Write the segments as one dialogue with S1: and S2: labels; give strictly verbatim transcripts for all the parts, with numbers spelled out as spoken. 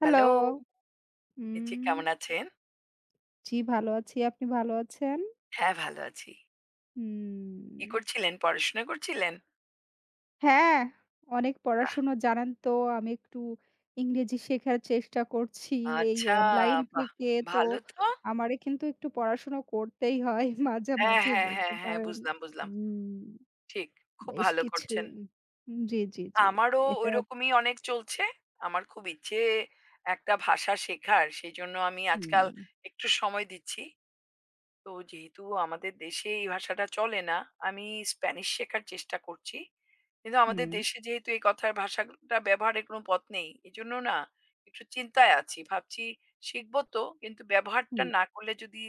S1: Hello.
S2: Hello! জি,
S1: উম
S2: কেমন আছেন?
S1: জি, ভালো আছি। আপনি ভালো আছেন?
S2: হ্যাঁ, ভালো আছি।
S1: হুম।
S2: কি করছিলেন? পড়াশোনা করছিলেন?
S1: হ্যাঁ, অনেক
S2: বাহ!
S1: পড়াশুনো জানেন তো। আমি একটু ইংরেজি শেখার চেষ্টা করছি এই
S2: আচ্ছা,
S1: অনলাইন
S2: বাহ!
S1: থেকে। তো
S2: ভালো তো।
S1: আমারে কিন্তু একটু পড়াশুনো করতেই হয় মাঝে,
S2: হ্যাঁ,
S1: মাঝে
S2: হ্যাঁ,
S1: বলতে
S2: হ্যাঁ, হ্যাঁ,
S1: পারেন।
S2: বুঝলাম, বুঝলাম।
S1: হুম,
S2: ঠিক। খুব
S1: বেশ
S2: ভালো
S1: কিছু
S2: করছেন।
S1: উম জি, জি, জি।
S2: আমারও
S1: এটা
S2: ঐরকমই অনেক চলছে। আমার খুব ইচ্ছে একটা ভাষা শেখার। সেজন্য আমি আজকাল
S1: হুম,
S2: একটু সময় দিচ্ছি। তো যেহেতু আমাদের দেশে এই ভাষাটা চলে না, আমি স্প্যানিশ শেখার চেষ্টা করছি। কিন্তু আমাদের
S1: হুম,
S2: দেশে যেহেতু এই কথার ভাষাটা ব্যবহারের কোনো পথ নেই। এজন্য না একটু চিন্তায় আছি। ভাবছি শিখব তো কিন্তু
S1: হুম।
S2: ব্যবহারটা না করলে যদি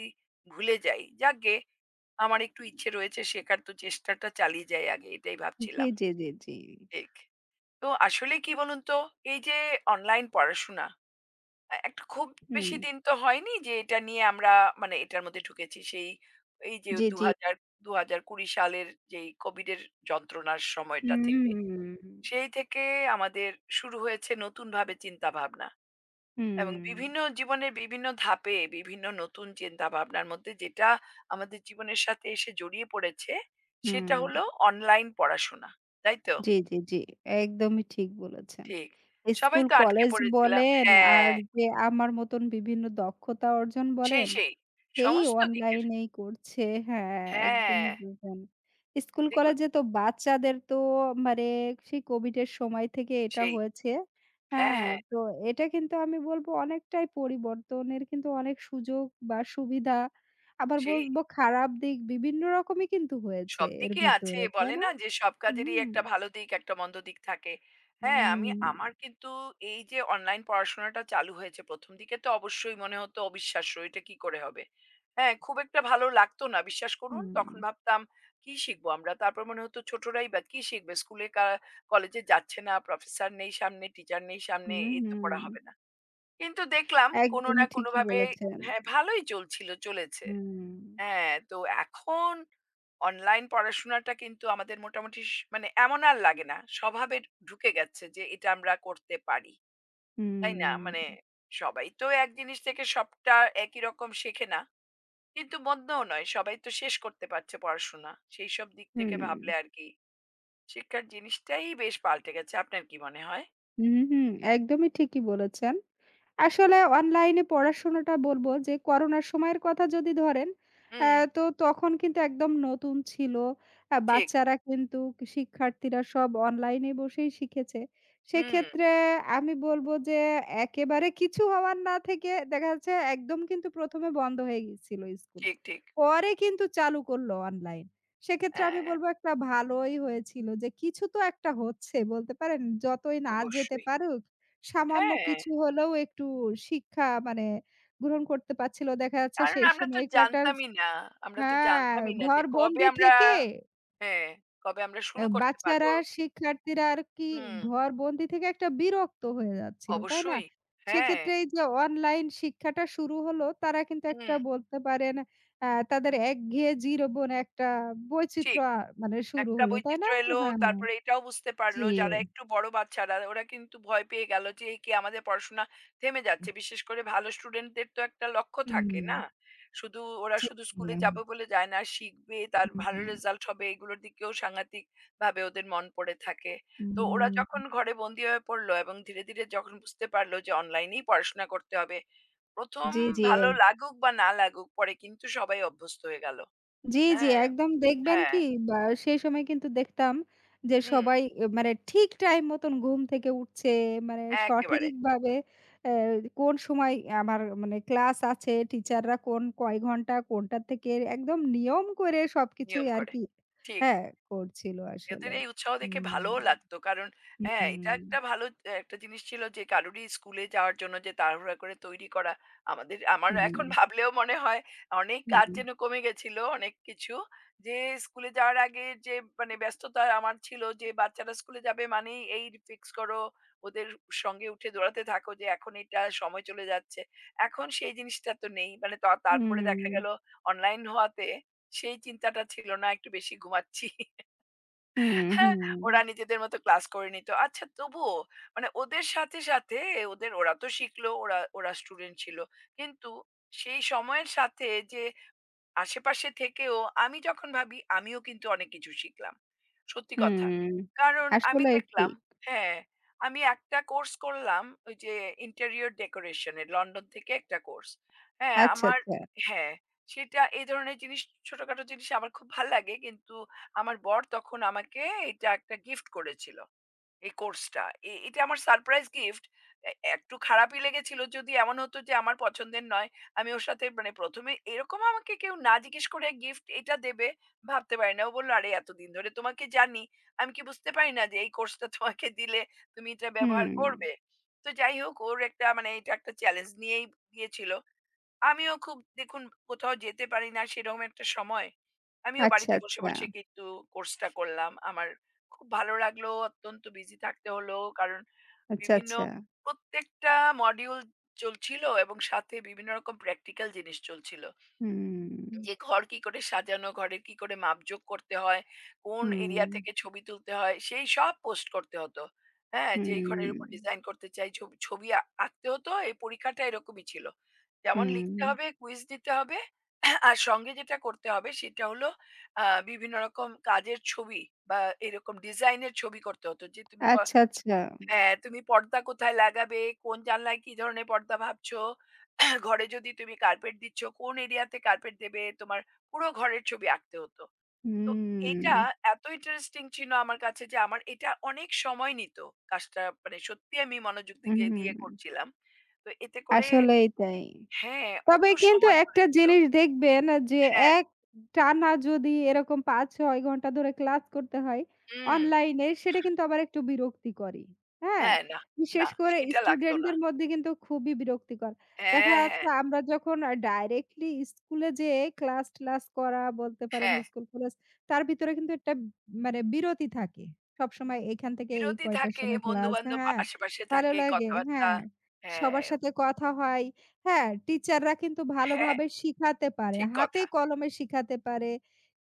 S2: ভুলে যাই। যাকগে আমার একটু ইচ্ছে রয়েছে শেখার তো চেষ্টাটা চালিয়ে যাই আগে এটাই
S1: জি,
S2: ভাবছিলাম।
S1: জি, জি, জি।
S2: ঠিক। তো আসলে কি বলুন তো এই যে অনলাইন পড়াশোনা আ একটা খুব
S1: হুম,
S2: বেশি দিন তো হয়নি যে এটা নিয়ে আমরা মানে এটার মধ্যে ঢুকেছি। সেই এই যে
S1: জি, জি।
S2: ২০০০ দুই হাজার বিশ সালের যেই কোভিড এর যন্ত্রণার সময়টা থেকে।
S1: হুম,
S2: সেই থেকে আমাদের শুরু হয়েছে নতুনভাবে চিন্তাভাবনা। এবং
S1: হুম,
S2: বিভিন্ন জীবনের বিভিন্ন ধাপে বিভিন্ন নতুন চিন্তাভাবনার মধ্যে যেটা আমাদের জীবনের সাথে এসে জড়িয়ে পড়েছে সেটা
S1: হুম।
S2: হলো অনলাইন পড়াশোনা। তাই তো?
S1: জি, জি, জি। একদমই ঠিক বলেছেন।
S2: ঠিক। সবাই
S1: স্কুল,
S2: তো আটকে
S1: কলেজ
S2: পড়েছিলাম।
S1: বলেন
S2: হ্যাঁ,
S1: আর যে আমার মতন বিভিন্ন দক্ষতা অর্জন
S2: সেই,
S1: বলেন,
S2: সেই
S1: সেই
S2: সমস্ত দিকের।
S1: অনলাইনেই করছে। হ্যাঁ, একদমই
S2: হ্যাঁ।
S1: বুঝলেন। স্কুল,
S2: দেখুন,
S1: কলেজে তো বাচ্চাদের তো মানে সেই কোভিডের সময় থেকে এটা
S2: সেই।
S1: হয়েছে।
S2: হ্যাঁ,
S1: হ্যাঁ,
S2: হ্যাঁ।
S1: তো এটা কিন্তু আমি বলব অনেকটাই পরিবর্তনের কিন্তু অনেক সুযোগ বা সুবিধা আবার
S2: সেই
S1: বলব খারাপ দিক বিভিন্ন রকমই কিন্তু হয়েছে এর
S2: সবদিকেই আছে।
S1: ভিতরে, তাই
S2: বলে
S1: না?
S2: না যে সব কাজেরই
S1: হুম।
S2: একটা ভালো দিক, একটা মন্দ দিক থাকে। হ্যাঁ, আমি
S1: হুম,
S2: আমার কিন্তু এই যে অনলাইন পড়াশোনাটা চালু হয়েছে প্রথম দিকে তো অবশ্যই মনে হতো অবিশ্বাস্য, এটা কি করে হবে? হ্যাঁ, খুব একটা ভালো লাগতো না, বিশ্বাস করুন।
S1: হুম,
S2: তখন ভাবতাম কি শিখবো আমরা? তারপর মনে হতো ছোটরাই বা কি শিখবে? স্কুলে কা কলেজে যাচ্ছে না, প্রফেসর নেই সামনে, টিচার নেই সামনে,
S1: হুম,
S2: এ তো
S1: হুম।
S2: পড়া হবে না। কিন্তু দেখলাম কোনো
S1: একদমই
S2: না
S1: ঠিকই
S2: কোনোভাবে
S1: বলেছেন।
S2: হ্যাঁ, ভালোই চলছিল, চলেছে।
S1: হুম,
S2: হ্যাঁ, তো এখন অনলাইন পড়াশোনাটা কিন্তু আমাদের মোটামুটি স মানে এমন আর লাগে না। স্বভাবে ঢুকে গেছে যে এটা আমরা করতে পারি। তাই না? মানে
S1: হুম,
S2: সবাই তো এক জিনিস থেকে সবটা একই রকম শেখে না। কিন্তু মন্দও নয়। সবাই তো শেষ করতে পারছে পড়াশোনা। সেইসব দিক থেকে
S1: হুম,
S2: ভাবলে আরকি শিক্ষার জিনিসটাই বেশ পাল্টে গেছে। আপনার কি মনে হয়?
S1: হুম, হুম, একদমই ঠিকই বলেছেন। আসলে অনলাইনে পড়াশোনাটা বলবো যে করোনার সময়ের কথা যদি ধরেন, আ
S2: হুম,
S1: তো তখন কিন্তু একদম নতুন ছিল। আ
S2: ঠিক।
S1: বাচ্চারা কিন্তু শিক্ষার্থীরা সব অনলাইনে বসেই শিখেছে।
S2: হুম,
S1: সেক্ষেত্রে আমি বলবো যে একেবারে কিছু হওয়ার না থেকে দেখা যাচ্ছে একদম কিন্তু ১ম এ বন্ধ হয়ে গিয়েছিল স্কুল।
S2: ঠিক, ঠিক।
S1: পরে কিন্তু চালু করল অনলাইন। সেক্ষেত্রে আমি
S2: হ্যাঁ,
S1: বলবো একটা ভালোই হয়েছিল যে কিছু তো একটা হচ্ছে বলতে পারেন যতই না যেতে
S2: অবশ্যই।
S1: পারুক সামান্য
S2: হ্যাঁ।
S1: কিছু হলেও একটু শিক্ষা মানে গ্রহণ করতে পারছিল। দেখা যাচ্ছে
S2: কারণ
S1: সেই
S2: আমরা তো
S1: সময়কাটার
S2: জানতামই না। আমরা তো
S1: হ্যাঁ,
S2: জানতামই না যে কবে
S1: ঘরবন্দি
S2: আমরা
S1: থেকে
S2: হ্যাঁ, কবে আমরা
S1: আ
S2: শুরু করতে পারবো।
S1: বাচ্চারা, শিক্ষার্থীরা আর কি
S2: হুম,
S1: ঘরবন্দি থেকে একটা বিরক্ত হয়ে যাচ্ছিল, তাই না?
S2: অবশ্যই। হ্যাঁ,
S1: সেক্ষেত্রে এই যে অনলাইন শিক্ষাটা শুরু হলো, তারা কিন্তু
S2: হুম,
S1: একটা বলতে পারেন আ তাদের একঘেয়ে জীবন একটা বৈচিত্র্য
S2: ঠিক।
S1: আ মানে শুরু
S2: একটা
S1: হলো, তাই না?
S2: বৈচিত্র্য এলো,
S1: হ্যাঁ,
S2: তারপরে এটাও বুঝতে
S1: জি।
S2: পারলো যারা একটু বড় বাচ্চারা ওরা কিন্তু ভয় পেয়ে গেল যে এ কি আমাদের পড়াশোনা থেমে যাচ্ছে। বিশেষ করে ভালো স্টুডেন্টদের তো একটা লক্ষ্য থাকে,
S1: হুম,
S2: না? শুধু ওরা
S1: জি,
S2: শুধু স্কুলে
S1: হুম,
S2: যাবে বলে যায় না, শিখবে, তার ভালো রেজাল্ট হবে এগুলোর দিকেও সাংঘাতিকভাবে ওদের মন পড়ে থাকে।
S1: হুম,
S2: তো ওরা যখন
S1: হুম।
S2: ঘরে বন্দি হয়ে পড়লো এবং ধীরে, ধীরে যখন বুঝতে পারলো যে অনলাইনেই পড়াশোনা করতে হবে,
S1: জি,
S2: প্রথমে
S1: জি,
S2: ভালো লাগুক বা না লাগুক পরে কিন্তু সবাই অভ্যস্ত হয়ে গেল।
S1: জি, জি,
S2: হ্যাঁ,
S1: একদম দেখবেন
S2: হ্যাঁ,
S1: কি বা সেই সময় কিন্তু দেখতাম যে
S2: হুম,
S1: সবাই এ মানে ঠিক টাইম মতন ঘুম থেকে উঠছে। মানে
S2: একেবারে।
S1: সঠিকভাবে অ্যা কোন সময় আমার মানে ক্লাস আছে, টিচাররা কোন কয় ঘন্টা কোনটা থেকে একদম নিয়ম করে সবকিছুই
S2: নিয়ম করে।
S1: আরকি
S2: ঠিক।
S1: হ্যাঁ, করছিল
S2: এদের
S1: আসলে।
S2: এই উৎসাহ দেখে
S1: হুম,
S2: ভালোও লাগতো। কারণ হ্যাঁ, এটা
S1: হুম,
S2: একটা ভালো অ্যা একটা জিনিস ছিল যে কারোরই স্কুলে যাওয়ার জন্য যে তাড়াহুড়া করে তৈরি করা। আমাদের আমার
S1: হুম,
S2: এখন ভাবলেও মনে হয় অনেক কাজ
S1: হুম,
S2: যেন কমে গেছিল, অনেক কিছু। যে স্কুলে যাওয়ার আগে যে মানে ব্যস্ততা আমার ছিল যে বাচ্চারা স্কুলে যাবে মানেই এই ফিক্স করো, ওদের সঙ্গে উঠে দৌড়াতে থাকো যে এখন এটা সময় চলে যাচ্ছে। এখন সেই জিনিসটা তো নেই। মানে ত তারপরে দেখা
S1: হুম,
S2: গেল অনলাইন হওয়াতে সেই চিন্তাটা ছিল না, একটু বেশি ঘুমাচ্ছি।
S1: হুম,
S2: হ্যাঁ,
S1: হুম,
S2: ওরা নিজেদের মতো ক্লাস করে নিত। আচ্ছা তবুও মানে ওদের সাথে, সাথে ওদের ওরা তো শিখলো, ওরা ওরা স্টুডেন্ট ছিল। কিন্তু সেই সময়ের সাথে যে আশেপাশে থেকেও আমি যখন ভাবি আমিও কিন্তু অনেক কিছু শিখলাম। সত্যি কথা।
S1: হুম।
S2: কারণ আমি
S1: আসলেই
S2: দেখলাম
S1: ঠিক।
S2: হ্যাঁ, আমি একটা কোর্স করলাম ওই যে ইন্টেরিয়র ডেকোরেশন এর লন্ডন থেকে একটা কোর্স। হ্যাঁ,
S1: আচ্ছা,
S2: আমার
S1: আচ্ছা।
S2: হ্যাঁ, সেটা এই ধরনের জিনিস ছোটখাটো জিনিস আমার খুব ভাল লাগে। কিন্তু আমার বর তখন আমাকে এটা একটা গিফট করেছিল। এই কোর্সটা। এ এটা আমার সারপ্রাইজ গিফট। এ একটু খারাপই লেগেছিল যদি এমন হতো যে আমার পছন্দের নয়। আমি ওর সাথে মানে প্রথমে এ এরকম আমাকে কেউ না জিজ্ঞেস করে গিফট এটা দেবে ভাবতে পারি না। ও বলল, "আরে এতদিন ধরে তোমাকে জানি। আমি কি বুঝতে পারি না যে এই কোর্সটা তোমাকে দিলে তুমি এটা
S1: হুম।
S2: ব্যবহার করবে?" তো যাই হোক ওর একটা মানে এটা একটা চ্যালেঞ্জ নিয়েই দিয়েছিল। আমিও খুব দেখুন কোথাও যেতে পারি না সেরকম একটা সময় আমিও
S1: আচ্ছা,
S2: বাড়িতে বসে
S1: আচ্ছা।
S2: বসে কিন্তু কোর্সটা করলাম আমার খুব ভালো লাগলো অত্যন্ত বিজি থাকতে হলো কারণ
S1: আচ্ছা,
S2: বিভিন্ন
S1: আচ্ছা।
S2: প্রত্যেকটা মডিউল চলছিল এবং সাথে বিভিন্ন রকম প্র্যাকটিক্যাল জিনিস চলছিল
S1: হুম,
S2: যে ঘর কি করে সাজানো, ঘরের কি করে মাপজোক করতে হয়, কোন
S1: হুম,
S2: এরিয়া থেকে ছবি তুলতে হয়, সেই সব পোস্ট করতে হতো। হ্যাঁ? যে এই ঘরের উপর
S1: হুম,
S2: ডিজাইন করতে চাই, ছবি ছবি আ আঁকতে হতো। এই পরীক্ষাটা এরকমই ছিল। যেমন
S1: হুম।
S2: লিখতে হবে, কুইজ দিতে হবে। আর সঙ্গে যেটা করতে হবে সেটা হলো আ বিভিন্ন রকম কাজের ছবি বা এরকম ডিজাইন এর ছবি করতে হতো। যে তুমি ক
S1: আচ্ছা, আচ্ছা।
S2: হ্যাঁ, তুমি পর্দা কোথায় লাগাবে? কোন জানলায় কি ধরনের পর্দা ভাবছো? ঘরে যদি তুমি কার্পেট দিচ্ছ, কোন এরিয়াতে কার্পেট দেবে? তোমার পুরো ঘরের ছবি আঁকতে হতো। তো এটা
S1: হুম,
S2: এত ইন্টারেস্টিং ছিল আমার কাছে যে আমার এটা অনেক সময় নিত। কাজটা মানে সত্যি আমি মনোযোগ দিকে দিয়ে
S1: হুম।
S2: করছিলাম। তো এতে করে
S1: আসলেই তাই।
S2: হ্যাঁ,
S1: তবে
S2: অত
S1: কিন্তু
S2: সময় চলে
S1: একটা
S2: যেত।
S1: জিনিস দেখবেন যে
S2: হ্যাঁ,
S1: এক টানা যদি এরকম পাঁচ ছয় ঘন্টা ধরে ক্লাস করতে হয়
S2: হুম।
S1: অনলাইনে সেটা কিন্তু আবার একটু বিরক্তিকরই। হ্যাঁ?
S2: হ্যাঁ, না, না
S1: বিশেষ করে
S2: সেটা লাগতো না।
S1: স্টুডেন্টদের মধ্যে কিন্তু খুবই বিরক্তিকর। দেখা
S2: হ্যাঁ, হ্যাঁ,
S1: যাচ্ছে আমরা যখন আ ডাইরেক্টলি স্কুলে যেয়ে ক্লাস-টলাস করা বলতে পারেন
S2: হ্যাঁ।
S1: স্কুল কলেজ তার ভিতরে কিন্তু একটা মানে বিরতি থাকে। সবসময় এখান থেকে এই
S2: বিরতি
S1: কয়টার
S2: থাকে,
S1: সময় ক্লাস
S2: বন্ধু-বান্ধব
S1: হ্যাঁ,
S2: আশেপাশে
S1: ভালো
S2: থাকে,
S1: লাগে
S2: কথাবার্তা।
S1: হ্যাঁ।
S2: হ্যাঁ,
S1: সবার সাথে কথা হয়। হ্যাঁ, টিচাররা কিন্তু
S2: হ্যাঁ,
S1: ভালোভাবে শিখাতে পারে।
S2: ঠিক
S1: হাতে
S2: কথা।
S1: কলমে শিখাতে পারে।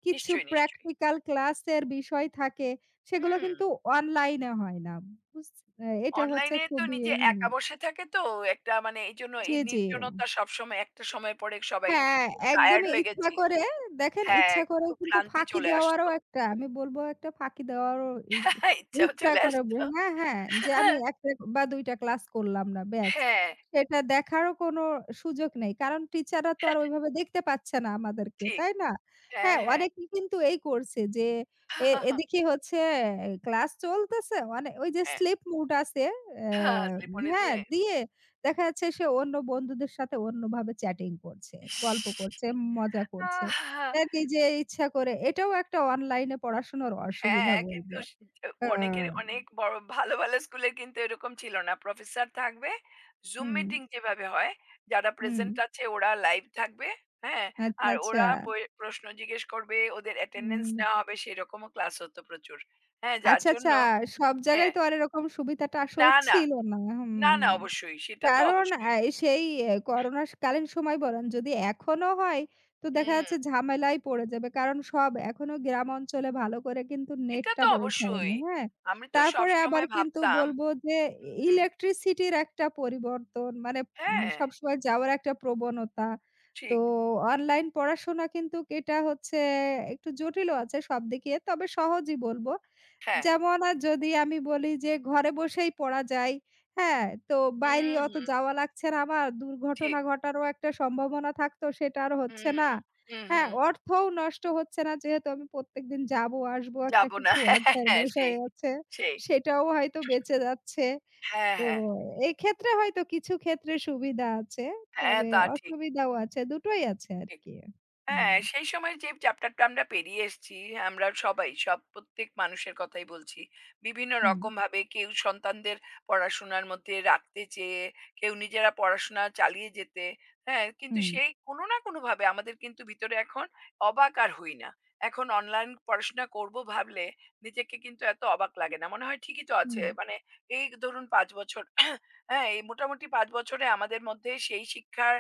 S1: কিছু
S2: নিশ্চয়ই, নিশ্চয়ই।
S1: প্র্যাকটিক্যাল ক্লাসের বিষয় থাকে, সেগুলো
S2: হুম,
S1: কিন্তু অনলাইনে হয় না। বুঝ অ্যা এটা হচ্ছে
S2: অনলাইনে তো
S1: খুবই
S2: নিজে
S1: হুম।
S2: একা বসে থাকে তো একটা মানে এইজন্য
S1: জি,
S2: এই
S1: জি।
S2: নির্জনতা সবসময় একটা সময় পরে সবাই
S1: হ্যাঁ,
S2: খুব টায়ার্ড
S1: একদমই
S2: হয়ে
S1: ইচ্ছা
S2: গেছি।
S1: করে দেখেন
S2: হ্যাঁ,
S1: ইচ্ছা করে
S2: খুব
S1: কিন্তু
S2: ক্লান্তি
S1: ফাঁকি
S2: চলে
S1: দেওয়ারও
S2: আসতো।
S1: একটা আমি বলবো একটা ফাঁকি দেওয়ারও ই
S2: ইচ্ছাও
S1: ইচ্ছা
S2: চলে
S1: করে বে
S2: আসতো।
S1: হ্যাঁ, হ্যাঁ, যে আমি একটা বা দুইটা ক্লাস করলাম না ব্যাস।
S2: হ্যাঁ,
S1: সেটা দেখারও কোনো সুযোগ নেই। কারণ টিচাররা তো আর ওইভাবে দেখতে পাচ্ছে না আমাদেরকে,
S2: ঠিক।
S1: তাই না?
S2: হ্যাঁ,
S1: হ্যাঁ,
S2: হ্যাঁ।
S1: অনেকেই কিন্তু এই করছে যে এ এদিকে হচ্ছে ক্লাস চলতেছে অনে ওই যে স্লিপ মুড আছে
S2: হ্যাঁ, স্লিপ
S1: অ্যা
S2: মনে
S1: হ্যাঁ,
S2: দিয়ে।
S1: দিয়ে দেখা যাচ্ছে সে অন্য বন্ধুদের সাথে অন্যভাবে চ্যাটিং করছে, গল্প
S2: ইস!
S1: করছে, মজা করছে।
S2: আহ,
S1: আ নিজে ইচ্ছা করে এটাও একটা অনলাইনে পড়াশোনার অসুবিধা
S2: হ্যাঁ,
S1: বলব।
S2: কিন্তু স
S1: আ
S2: অনেকের অনেক বড় ভালো, ভালো স্কুলের কিন্তু এরকম ছিল না। প্রফেসর থাকবে, জুম
S1: হুম,
S2: মিটিং যেভাবে হয়, যারা
S1: হুম।
S2: প্রেজেন্ট আছে ওরা লাইভ থাকবে, হ্যাঁ?
S1: আচ্ছা,
S2: আর
S1: আচ্ছা।
S2: ওরা পয় প্রশ্ন জিজ্ঞেস করবে, ওদের অ্যাটেন্ডেন্স
S1: হুম।
S2: নেওয়া হবে সেরকমও ক্লাস হতো প্রচুর। হ্যাঁ, যার
S1: আচ্ছা, আচ্ছা।
S2: জন্য
S1: সব জায়গায়
S2: হ্যাঁ,
S1: তো আর এরকম সুবিধাটা আসলে
S2: না, না,
S1: ছিল না।
S2: না, না
S1: হুম।
S2: অবশ্যই, সেটা তো
S1: কারণ
S2: অবশ্যই।
S1: আ সেই এ করোনা কালীন সময় বলেন যদি এখনো হয়, তো দেখা
S2: হুম,
S1: যাচ্ছে ঝামেলায় পড়ে যাবে। কারণ সব এখনো গ্রাম অঞ্চলে ভালো করে কিন্তু
S2: এটা
S1: নেটটা
S2: তো অবশ্যই।
S1: পৌঁছায়নি, হ্যাঁ?
S2: আমি তো
S1: তারপরে আবার
S2: সবসময়
S1: কিন্তু
S2: ভাবতাম
S1: বলব যে ই
S2: হুম,
S1: ইলেকট্রিসিটির একটা পরিবর্তন মানে উম
S2: হ্যাঁ,
S1: সবসময় যাওয়ার একটা প্রবণতা। তো
S2: ঠিক,
S1: অনলাইন পড়াশোনা কিন্তু এটা হচ্ছে একটু জটিলও আছে সব দিকে তবে সহজই বলব।
S2: হ্যাঁ।
S1: যেমন আ যদি আমি বলি যে ঘরে বসেই পড়া যায়, হ্যাঁ? তো বাইরে
S2: হুম,
S1: অত
S2: হুম,
S1: যাওয়া লাগছে না আমার। দুর্ঘটনা
S2: ঠিক।
S1: ঘটারও একটা সম্ভাবনা থাকতো সেটা আর হচ্ছে
S2: হুম,
S1: না।
S2: হুম,
S1: হ্যাঁ,
S2: হুম।
S1: অর্থও নষ্ট হচ্ছে না যেহেতু আমি প্রত্যেকদিন যাবো, আসবো একটা
S2: যাব না।
S1: কিছু
S2: হ্যাঁ, হ্যাঁ, হ্যাঁ,
S1: অর্থের
S2: হ্যাঁ,
S1: বিষয়
S2: সেই,
S1: আছে।
S2: সেই।
S1: সেটাও হয়তো বেঁচে যাচ্ছে।
S2: হ্যাঁ,
S1: তো
S2: হ্যাঁ,
S1: এক্ষেত্রে হয়তো কিছু ক্ষেত্রে সুবিধা আছে।
S2: হ্যাঁ,
S1: তবে
S2: তা ঠিক,
S1: অসুবিধাও আছে। দুটোই আছে
S2: ঠিক।
S1: আরকি। হুম।
S2: হ্যাঁ, সেই সময়ের যে চ্যাপ্টারটা আমরা পেরিয়ে এসেছি, আমরা সবাই, সব প্রত্যেক মানুষের কথাই বলছি। বিভিন্ন
S1: হুম,
S2: রকমভাবে কেউ সন্তানদের পড়াশোনার মধ্যে রাখতে চেয়ে, কেউ নিজেরা পড়াশোনা চালিয়ে যেতে, হ্যাঁ? কিন্তু
S1: হুম,
S2: সেই কোনো না কোনোভাবে আমাদের কিন্তু ভিতরে এখন অবাক আর হই না। এখন অনলাইন পড়াশোনা করব ভাবলে নিজেকে কিন্তু এত অবাক লাগে না। মনে হয় ঠিকই তো আছে।
S1: হুম।
S2: মানে এই ধরুন পাঁচ বছর, হ্যাঁ, এই মোটামুটি পাঁচ বছরে আমাদের মধ্যে সেই শিক্ষার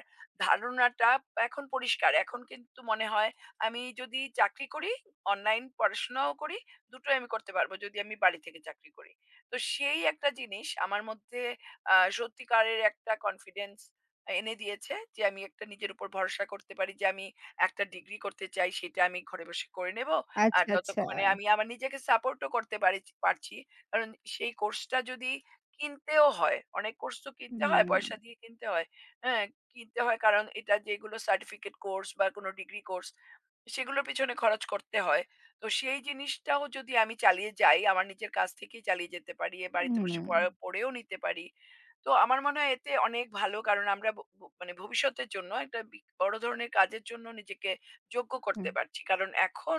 S2: ধারণাটা এখন পরিষ্কার। এখন কিন্তু মনে হয় আমি যদি চাকরি করি, অনলাইন পড়াশোনাও করি, দুটোই আমি করতে পারব যদি আমি বাড়ি থেকে চাকরি করি। তো সেই একটা জিনিস আমার মধ্যে আ সত্যিকারের একটা কনফিডেন্স এনে দিয়েছে যে আমি একটা নিজের উপর ভরসা করতে পারি যে আমি একটা ডিগ্রি করতে চাই সেটা আমি ঘরে বসে করে নেব। আর
S1: আচ্ছা, আচ্ছা।
S2: ততক্ষণে আমি আমার নিজেকে সাপোর্টও করতে পারি পারছি। কারণ সেই কোর্সটা যদি কিনতেও হয়, অনেক কোর্স তো কিনতে হয়,
S1: হুম,
S2: পয়সা দিয়ে কিনতে হয়। হ্যাঁ? কিনতে হয় কারণ এটা যেগুলো সার্টিফিকেট কোর্স বা কোনো ডিগ্রি কোর্স সেগুলোর পিছনে খরচ করতে হয় তো সেই জিনিসটাও যদি আমি চালিয়ে যাই আমার নিজের কাছ থেকেই চালিয়ে যেতে পারি এ বাড়িতে
S1: হুম।
S2: বসে পড়া- পড়েও নিতে পারি তো আমার মনে হয় এতে অনেক ভালো কারণ আমরা ভ- ভ- মানে ভবিষ্যতের জন্য একটা বি- বড় ধরনের কাজের জন্য নিজেকে যোগ্য
S1: হুম,
S2: করতে পারছি কারণ এখন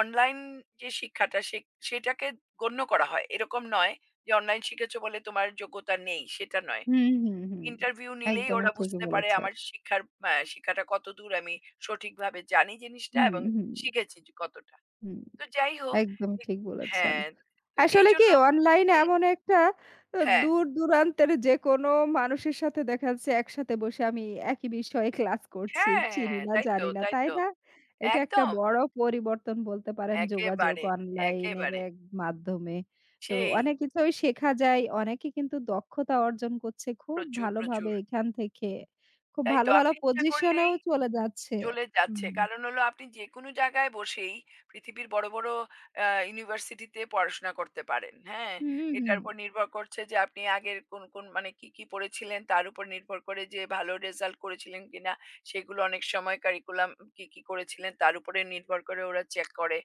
S2: অনলাইন যে শিক্ষাটা সে- সেটাকে গণ্য করা হয় এরকম নয় যে অনলাইন শিখেছো বলে তোমার যোগ্যতা নেই সেটা নয়
S1: হুম, হুম, হুম।
S2: ইন্টারভিউ নিলেই
S1: একদমই
S2: ওরা
S1: ঠিকই
S2: বুঝতে পারে
S1: বলেছেন।
S2: আমার শিক্ষার আ শিক্ষাটা কতদূর আমি সঠিকভাবে জানি জিনিসটা
S1: হুম,
S2: এবং
S1: হুম,
S2: শিখেছি যে কতটা।
S1: হুম।
S2: তো যাই হোক
S1: একদমই
S2: এ
S1: ঠিক বলেছেন।
S2: হ্যাঁ, তো
S1: আসলে কি
S2: এইজন্য
S1: অনলাইন
S2: হুম,
S1: এমন একটা আ
S2: হ্যাঁ,
S1: দূর-দূরান্তের যেকোনো মানুষের সাথে দেখা যাচ্ছে একসাথে বসে আমি একই বিষয়ে ক্লাস করছি।
S2: হ্যাঁ,
S1: চিনি না,
S2: তাই তো,
S1: জানি না,
S2: তাই
S1: তাই
S2: তো।
S1: না? এটা একটা
S2: একদম,
S1: বড় পরিবর্তন বলতে পারেন যোগাযোগ
S2: একেবারে,
S1: অনলাইনের
S2: একেবারে।
S1: এক মাধ্যমে। তো
S2: সেই
S1: অনেক কিছুই শেখা যায়। অনেকে কিন্তু দক্ষতা অর্জন করছে খুব
S2: প্রচুর,
S1: ভালোভাবে
S2: প্রচুর।
S1: এখান থেকে। খুব
S2: তাই
S1: ভালো,
S2: তো
S1: ভালো
S2: আপনি ইচ্ছা করলেই
S1: পজিশনেও চলে যাচ্ছে।
S2: চলে যাচ্ছে।
S1: হুম।
S2: কারণ হলো আপনি যেকোনো জায়গায় বসেই পৃথিবীর বড়, বড় আ ইউনিভার্সিটিতে পড়াশোনা করতে পারেন। হ্যাঁ?
S1: হুম, হুম।
S2: এটার উপর নির্ভর করছে যে আপনি আগের কোন, কোন মানে কি, কি পড়েছিলেন তার উপর নির্ভর করে যে ভালো রেজাল্ট করেছিলেন কিনা সেগুলো অনেক সময় কারিকুলাম কি, কি করেছিলেন তার উপরে নির্ভর করে ওরা চেক করে।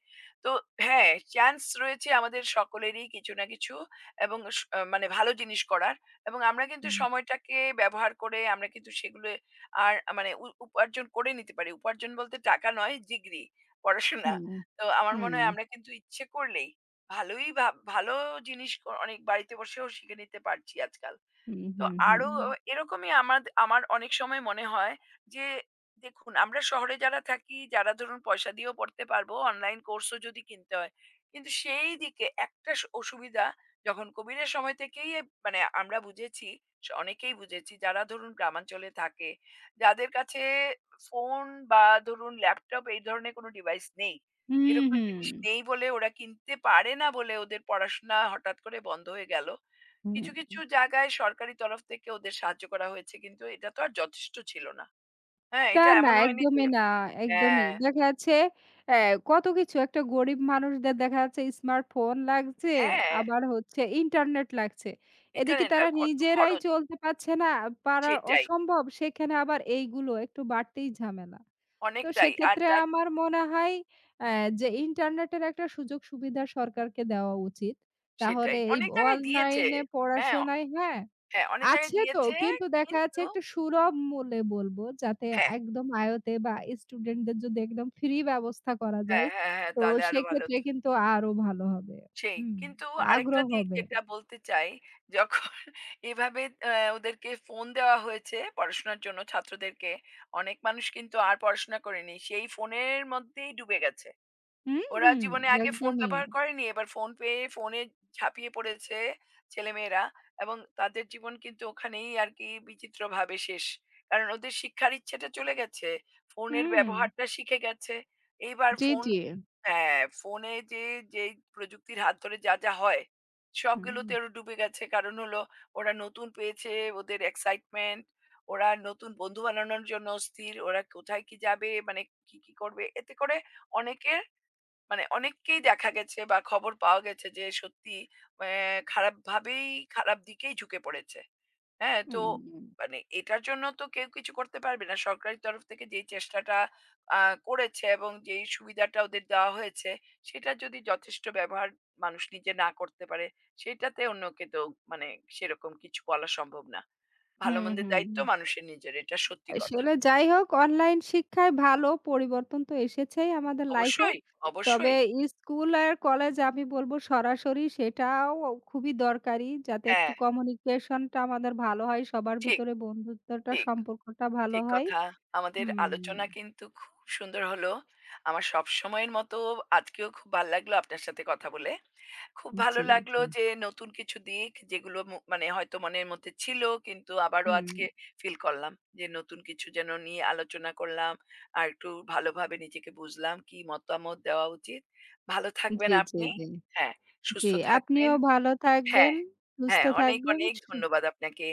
S2: তো হ্যাঁ, চান্স রয়েছে আমাদের সকলেরই কিছু না কিছু এবং স আহ, মানে ভালো জিনিস করার এবং আমরা কিন্তু সময়টাকে ব্যবহার করে আমরা কিন্তু সেগুলো আর মানে উ উপার্জন করে নিতে পারি। উপার্জন বলতে টাকা নয় ডিগ্রি, পড়াশোনা।
S1: হুম, হুম,
S2: তো আমার মনে
S1: হুম,
S2: হয় আমরা কিন্তু ইচ্ছে করলেই ভালোই ভা ভালো জিনিস ক- অনেক বাড়িতে বসেও শিখে নিতে পারছি আজকাল।
S1: হুম,
S2: তো
S1: হুম, হুম।
S2: আরো এরকমই আমার আমার অনেক সময় মনে হয় যে দেখুন আমরা শহরে যারা থাকি যারা ধরুন পয়সা দিয়েও পড়তে পারবো অনলাইন কোর্সও যদি কিনতে হয় কিন্তু সেই দিকে একটা স- অসুবিধা যখন কোভিডের সময় থেকেই এ- মানে আমরা বুঝেছি স- অনেকেই বুঝেছি যারা ধরুন গ্রামাঞ্চলে থাকে যাদের কাছে ফোন বা ধরুন ল্যাপটপ এই ধরনের কোনো ডিভাইস নেই
S1: হুম,
S2: এরকম
S1: হুম,
S2: জিনিস নেই বলে ওরা কিনতে পারে না বলে ওদের পড়াশোনা হঠাৎ করে বন্ধ হয়ে গেল
S1: হুম।
S2: কিছু, কিছু জায়গায় সরকারি তরফ থেকে ওদের সাহায্য করা হয়েছে কিন্তু এটা তো আর যথেষ্ট ছিল না। হ্যাঁ,
S1: না,
S2: এটা
S1: না
S2: এমন হয়নি যে
S1: একদমই না, একদমই।
S2: হ্যাঁ,
S1: দেখা যাচ্ছে অ্যা কত কিছু একটা গরিব মানুষদের দেখা যাচ্ছে স্মার্টফোন লাগছে,
S2: হ্যাঁ,
S1: আবার হচ্ছে ইন্টারনেট লাগছে। এদিকে
S2: ইন্টারনেট
S1: তারা
S2: আর কত
S1: নিজেরাই
S2: খরচ
S1: চলতে পারছে না, পারা
S2: সেটাই,
S1: অসম্ভব। সেখানে আবার এইগুলো একটু বাড়তেই ঝামেলা। তো
S2: অনেকটাই। আর
S1: সেক্ষেত্রে
S2: তার
S1: আমার মনে হয় অ্যা যে ইন্টারনেটের একটা সুযোগ সুবিধা সরকারকে দেওয়া উচিত। তাহলে
S2: সেটাই।
S1: এই
S2: অনেক জায়গায় দিয়েছে।
S1: অনলাইনে
S2: হ্যাঁ,
S1: পড়াশোনায় হ্যাঁ
S2: হ্যাঁ, অনেক জায়গায়
S1: আছে তো
S2: দিয়েছে
S1: কিন্তু দেখা যাচ্ছে
S2: কিন্তু
S1: একটা সুলভ মূল্যে বলব যাতে
S2: হ্যাঁ,
S1: একদম আয়তে বা স্টুডেন্টদের যদি একদম ফ্রি ব্যবস্থা করা যায়
S2: হ্যাঁ, হ্যাঁ, হ্যাঁ,
S1: তো
S2: তাহলে আরো ভালো
S1: সেক্ষেত্রে
S2: হতো।
S1: কিন্তু আরো ভালো হবে।
S2: সেই।
S1: হুম,
S2: কিন্তু আরেকটা
S1: আগ্রহ
S2: দিক
S1: হবে।
S2: যেটা বলতে চাই, যখন এভাবে আ ওদেরকে ফোন দেওয়া হয়েছে পড়াশোনার জন্য ছাত্রদেরকে, অনেক মানুষ কিন্তু আর পড়াশোনা করেনি। সেই ফোনের মধ্যেই ডুবে গেছে।
S1: হুম,
S2: ওরা
S1: হুম,
S2: জীবনে আগে ফোন
S1: একদমই।
S2: ব্যবহার করেনি। এবার ফোন পেয়ে ফোনে ঝাঁপিয়ে পড়েছে ছেলেমেয়েরা এবং তাদের জীবন কিন্তু ওখানেই আরকি বিচিত্রভাবে শেষ। কারণ ওদের শিক্ষার ইচ্ছেটা চলে গেছে। ফোনের
S1: হুম,
S2: ব্যবহারটা শিখে গেছে। এইবার
S1: জি,
S2: ফোন
S1: জি।
S2: হ্যাঁ, ফোনে যে যেই প্রযুক্তির হাত ধরে যা, যা হয়
S1: হুম,
S2: সবগুলোতে ওরা ডুবে গেছে। কারণ হলো ওরা নতুন পেয়েছে, ওদের এক্সাইটমেন্ট, ওরা নতুন বন্ধু বানানোর জন্য অস্থির। ওরা কোথায় কি যাবে মানে কি, কি করবে? এতে করে অনেকের মানে অনেককেই দেখা গেছে বা খবর পাওয়া গেছে যে সত্যি আহ, খারাপভাবেই খারাপ দিকেই ঝুঁকে পড়েছে। হ্যাঁ? তো
S1: হুম,
S2: মানে এটার জন্য তো কেউ কিছু করতে পারবে না। সরকারের তরফ থেকে যেই চেষ্টাটা আ করেছে এবং যেই সুবিধাটা ওদের দেওয়া হয়েছে, সেটা যদি যথেষ্ট ব্যবহার মানুষ নিজে না করতে পারে, সেটাতে অন্যকে তো মানে সেরকম কিছু বলা সম্ভব না।
S1: হুম,
S2: ভালো-মন্দের
S1: হুম।
S2: দায়িত্ব মানুষের নিজের। এটা সত্যি কথা।
S1: আসলে যাই হোক অনলাইন শিক্ষায় ভালো পরিবর্তন তো এসেছেই আমাদের লাইফে।
S2: অবশ্যই,
S1: তবে
S2: অবশ্যই।
S1: স্কুল আর কলেজ আমি বলব সরাসরি সেটাও খুবই দরকারি। যাতে একটু
S2: হ্যাঁ,
S1: কমিউনিকেশনটা আমাদের ভালো হয়, সবার
S2: ঠিক,
S1: ভিতরে বন্ধুত্বটা
S2: ঠিক।
S1: সম্পর্কটা ভালো
S2: ঠিক
S1: হয়।
S2: কথা। আমাদের
S1: হুম,
S2: আলোচনা কিন্তু খুব সুন্দর হলো। আমার সবসময়ের মতো আজকেও খুব ভাল লাগলো আপনার সাথে কথা বলে। খুব ভালো
S1: জি,
S2: লাগলো
S1: জি।
S2: যে নতুন কিছু দিক যেগুলো মু মানে হয়তো মনের মধ্যে ছিল কিন্তু আবারও
S1: হুম,
S2: আজকে ফিল করলাম যে নতুন কিছু যেন নিয়ে আলোচনা করলাম। আর একটু ভালোভাবে নিজেকে বুঝলাম কি মতামত দেওয়া উচিত। ভালো থাকবেন
S1: জি, জি,
S2: আপনি।
S1: জি,
S2: হ্যাঁ,
S1: জি।
S2: সুস্থ থাকবেন।
S1: আপনিও ভালো থাকবেন,
S2: হ্যাঁ,
S1: সুস্থ
S2: হ্যাঁ, অনেক,
S1: থাকবেন।
S2: অনেক
S1: সু অন
S2: ধন্যবাদ আপনাকে।